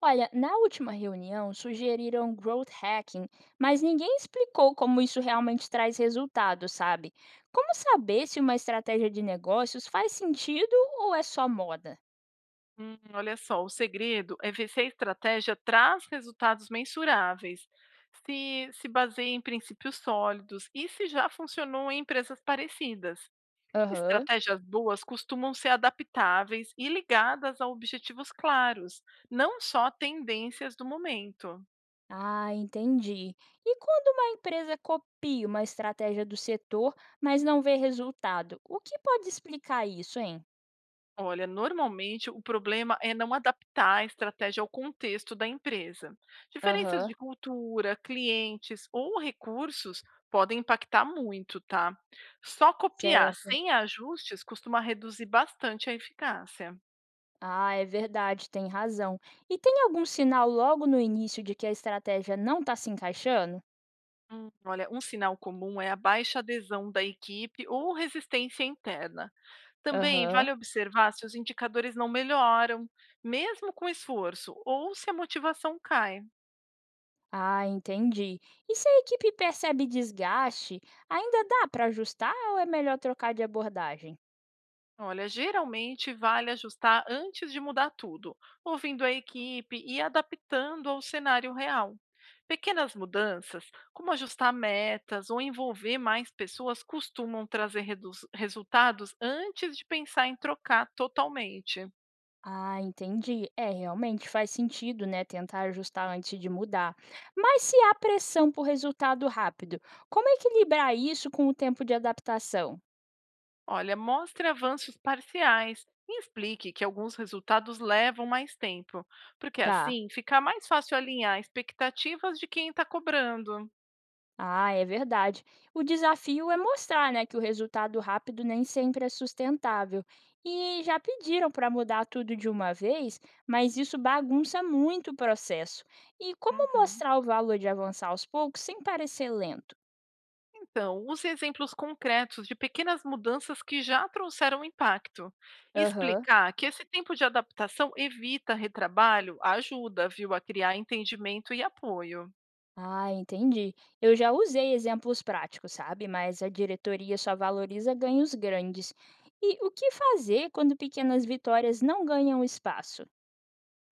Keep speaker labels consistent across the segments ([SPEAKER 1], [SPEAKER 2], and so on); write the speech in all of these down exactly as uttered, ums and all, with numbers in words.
[SPEAKER 1] Olha, na última reunião sugeriram growth hacking, mas ninguém explicou como isso realmente traz resultado, sabe? Como saber se uma estratégia de negócios faz sentido ou é só moda?
[SPEAKER 2] Hum, olha só, o segredo é ver se a estratégia traz resultados mensuráveis, se se baseia em princípios sólidos e se já funcionou em empresas parecidas.
[SPEAKER 1] Aham.
[SPEAKER 2] Estratégias boas costumam ser adaptáveis e ligadas a objetivos claros, não só tendências do momento.
[SPEAKER 1] Ah, entendi. E quando uma empresa copia uma estratégia do setor, mas não vê resultado, o que pode explicar isso, hein?
[SPEAKER 2] Olha, normalmente o problema é não adaptar a estratégia ao contexto da empresa. Diferenças de
[SPEAKER 1] Aham,
[SPEAKER 2] cultura, clientes ou recursos podem impactar muito, tá? Só copiar
[SPEAKER 1] certo.
[SPEAKER 2] sem ajustes costuma reduzir bastante a eficácia.
[SPEAKER 1] Ah, é verdade, tem razão. E tem algum sinal logo no início de que a estratégia não está se encaixando?
[SPEAKER 2] Hum, Olha, um sinal comum é a baixa adesão da equipe ou resistência interna. Também vale
[SPEAKER 1] Aham.
[SPEAKER 2] observar se os indicadores não melhoram, mesmo com esforço, ou se a motivação cai.
[SPEAKER 1] Ah, entendi. E se a equipe percebe desgaste, ainda dá para ajustar ou é melhor trocar de abordagem?
[SPEAKER 2] Olha, geralmente vale ajustar antes de mudar tudo, ouvindo a equipe e adaptando ao cenário real. Pequenas mudanças, como ajustar metas ou envolver mais pessoas, costumam trazer redus- resultados antes de pensar em trocar totalmente.
[SPEAKER 1] Ah, entendi. É, realmente faz sentido, né? Tentar ajustar antes de mudar. Mas se há pressão por resultado rápido, como equilibrar isso com o tempo de adaptação?
[SPEAKER 2] Olha, mostre avanços parciais e explique que alguns resultados levam mais tempo, porque
[SPEAKER 1] Tá.
[SPEAKER 2] assim fica mais fácil alinhar expectativas de quem está cobrando.
[SPEAKER 1] Ah, é verdade. O desafio é mostrar, né, que o resultado rápido nem sempre é sustentável. E já pediram para mudar tudo de uma vez, mas isso bagunça muito o processo. E como
[SPEAKER 2] Uhum.
[SPEAKER 1] mostrar o valor de avançar aos poucos sem parecer lento?
[SPEAKER 2] Então, use exemplos concretos de pequenas mudanças que já trouxeram impacto. E
[SPEAKER 1] Aham.
[SPEAKER 2] explicar que esse tempo de adaptação evita retrabalho ajuda, viu, a criar entendimento e apoio.
[SPEAKER 1] Ah, entendi. Eu já usei exemplos práticos, sabe? Mas a diretoria só valoriza ganhos grandes. E o que fazer quando pequenas vitórias não ganham espaço?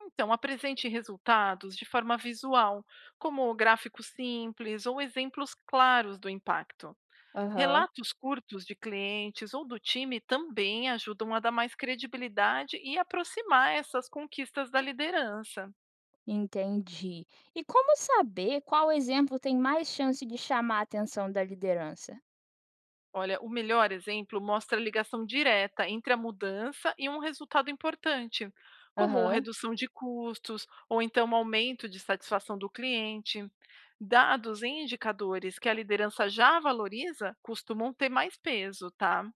[SPEAKER 2] Então, apresente resultados de forma visual, como gráficos simples ou exemplos claros do impacto.
[SPEAKER 1] Aham.
[SPEAKER 2] Relatos curtos de clientes ou do time também ajudam a dar mais credibilidade e aproximar essas conquistas da liderança.
[SPEAKER 1] Entendi. E como saber qual exemplo tem mais chance de chamar a atenção da liderança?
[SPEAKER 2] Olha, o melhor exemplo mostra a ligação direta entre a mudança e um resultado importante, como
[SPEAKER 1] Aham.
[SPEAKER 2] redução de custos ou então um aumento de satisfação do cliente. Dados e indicadores que a liderança já valoriza costumam ter mais peso, tá?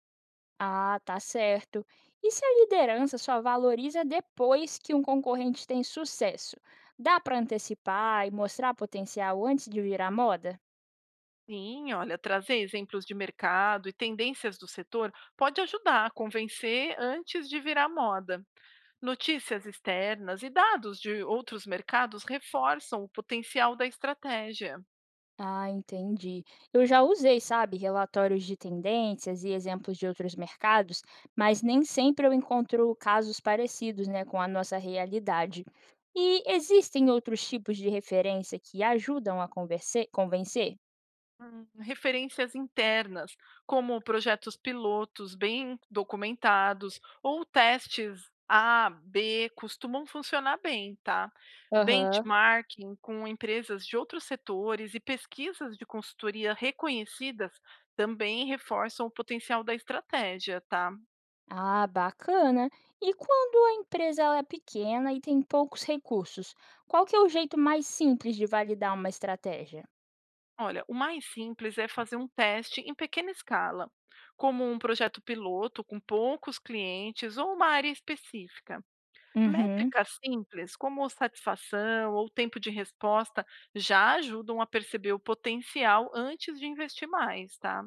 [SPEAKER 1] Ah, tá certo. E se a liderança só valoriza depois que um concorrente tem sucesso? Dá para antecipar e mostrar potencial antes de virar moda?
[SPEAKER 2] Sim, olha, trazer exemplos de mercado e tendências do setor pode ajudar a convencer antes de virar moda. Notícias externas e dados de outros mercados reforçam o potencial da estratégia.
[SPEAKER 1] Ah, entendi. Eu já usei, sabe, relatórios de tendências e exemplos de outros mercados, mas nem sempre eu encontro casos parecidos, né, com a nossa realidade. E existem outros tipos de referência que ajudam a converse- convencer?
[SPEAKER 2] Hum, referências internas, como projetos pilotos bem documentados ou testes A B, costumam funcionar bem, tá?
[SPEAKER 1] Aham.
[SPEAKER 2] Benchmarking com empresas de outros setores e pesquisas de consultoria reconhecidas também reforçam o potencial da estratégia, tá?
[SPEAKER 1] Ah, bacana. E quando a empresa ela é pequena e tem poucos recursos, qual que é o jeito mais simples de validar uma estratégia?
[SPEAKER 2] Olha, o mais simples é fazer um teste em pequena escala, como um projeto piloto com poucos clientes ou uma área específica.
[SPEAKER 1] Uhum.
[SPEAKER 2] Métricas simples, como satisfação ou tempo de resposta, já ajudam a perceber o potencial antes de investir mais, tá?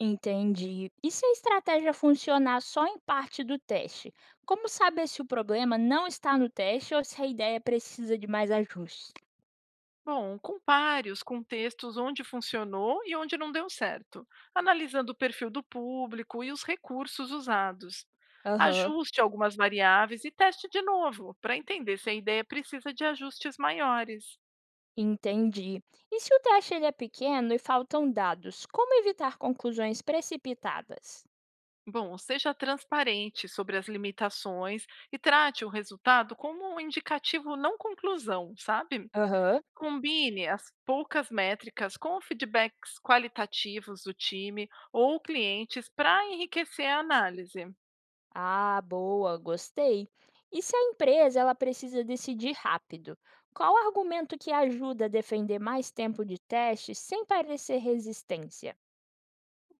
[SPEAKER 1] Entendi. E se a estratégia funcionar só em parte do teste? Como saber se o problema não está no teste ou se a ideia precisa de mais ajustes?
[SPEAKER 2] Bom, compare os contextos onde funcionou e onde não deu certo, analisando o perfil do público e os recursos usados.
[SPEAKER 1] Aham.
[SPEAKER 2] Ajuste algumas variáveis e teste de novo, para entender se a ideia precisa de ajustes maiores.
[SPEAKER 1] Entendi. E se o teste ele é pequeno e faltam dados, como evitar conclusões precipitadas?
[SPEAKER 2] Bom, seja transparente sobre as limitações e trate o resultado como um indicativo não conclusão, sabe?
[SPEAKER 1] Aham.
[SPEAKER 2] Combine as poucas métricas com feedbacks qualitativos do time ou clientes para enriquecer a análise.
[SPEAKER 1] Ah, boa, gostei. E se a empresa ela precisa decidir rápido? Qual argumento que ajuda a defender mais tempo de teste sem parecer resistência?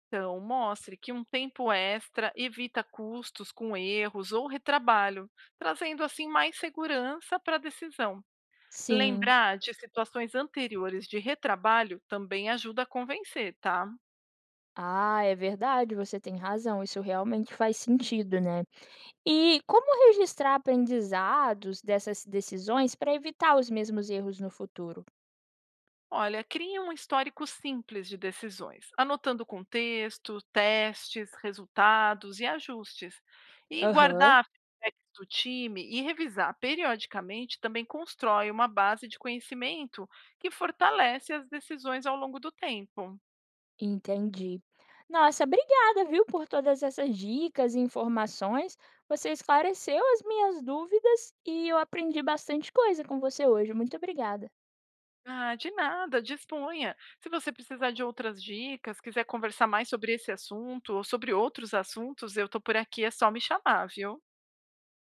[SPEAKER 2] Então, mostre que um tempo extra evita custos com erros ou retrabalho, trazendo assim mais segurança para a decisão.
[SPEAKER 1] Sim.
[SPEAKER 2] Lembrar de situações anteriores de retrabalho também ajuda a convencer, tá?
[SPEAKER 1] Ah, é verdade, você tem razão, isso realmente faz sentido, né? E como registrar aprendizados dessas decisões para evitar os mesmos erros no futuro?
[SPEAKER 2] Olha, crie um histórico simples de decisões, anotando contexto, testes, resultados e ajustes. E
[SPEAKER 1] Aham.
[SPEAKER 2] guardar feedbacks do time e revisar periodicamente também constrói uma base de conhecimento que fortalece as decisões ao longo do tempo.
[SPEAKER 1] Entendi. Nossa, obrigada, viu, por todas essas dicas e informações. Você esclareceu as minhas dúvidas e eu aprendi bastante coisa com você hoje. Muito obrigada.
[SPEAKER 2] Ah, de nada, disponha. Se você precisar de outras dicas, quiser conversar mais sobre esse assunto ou sobre outros assuntos, eu estou por aqui, é só me chamar, viu?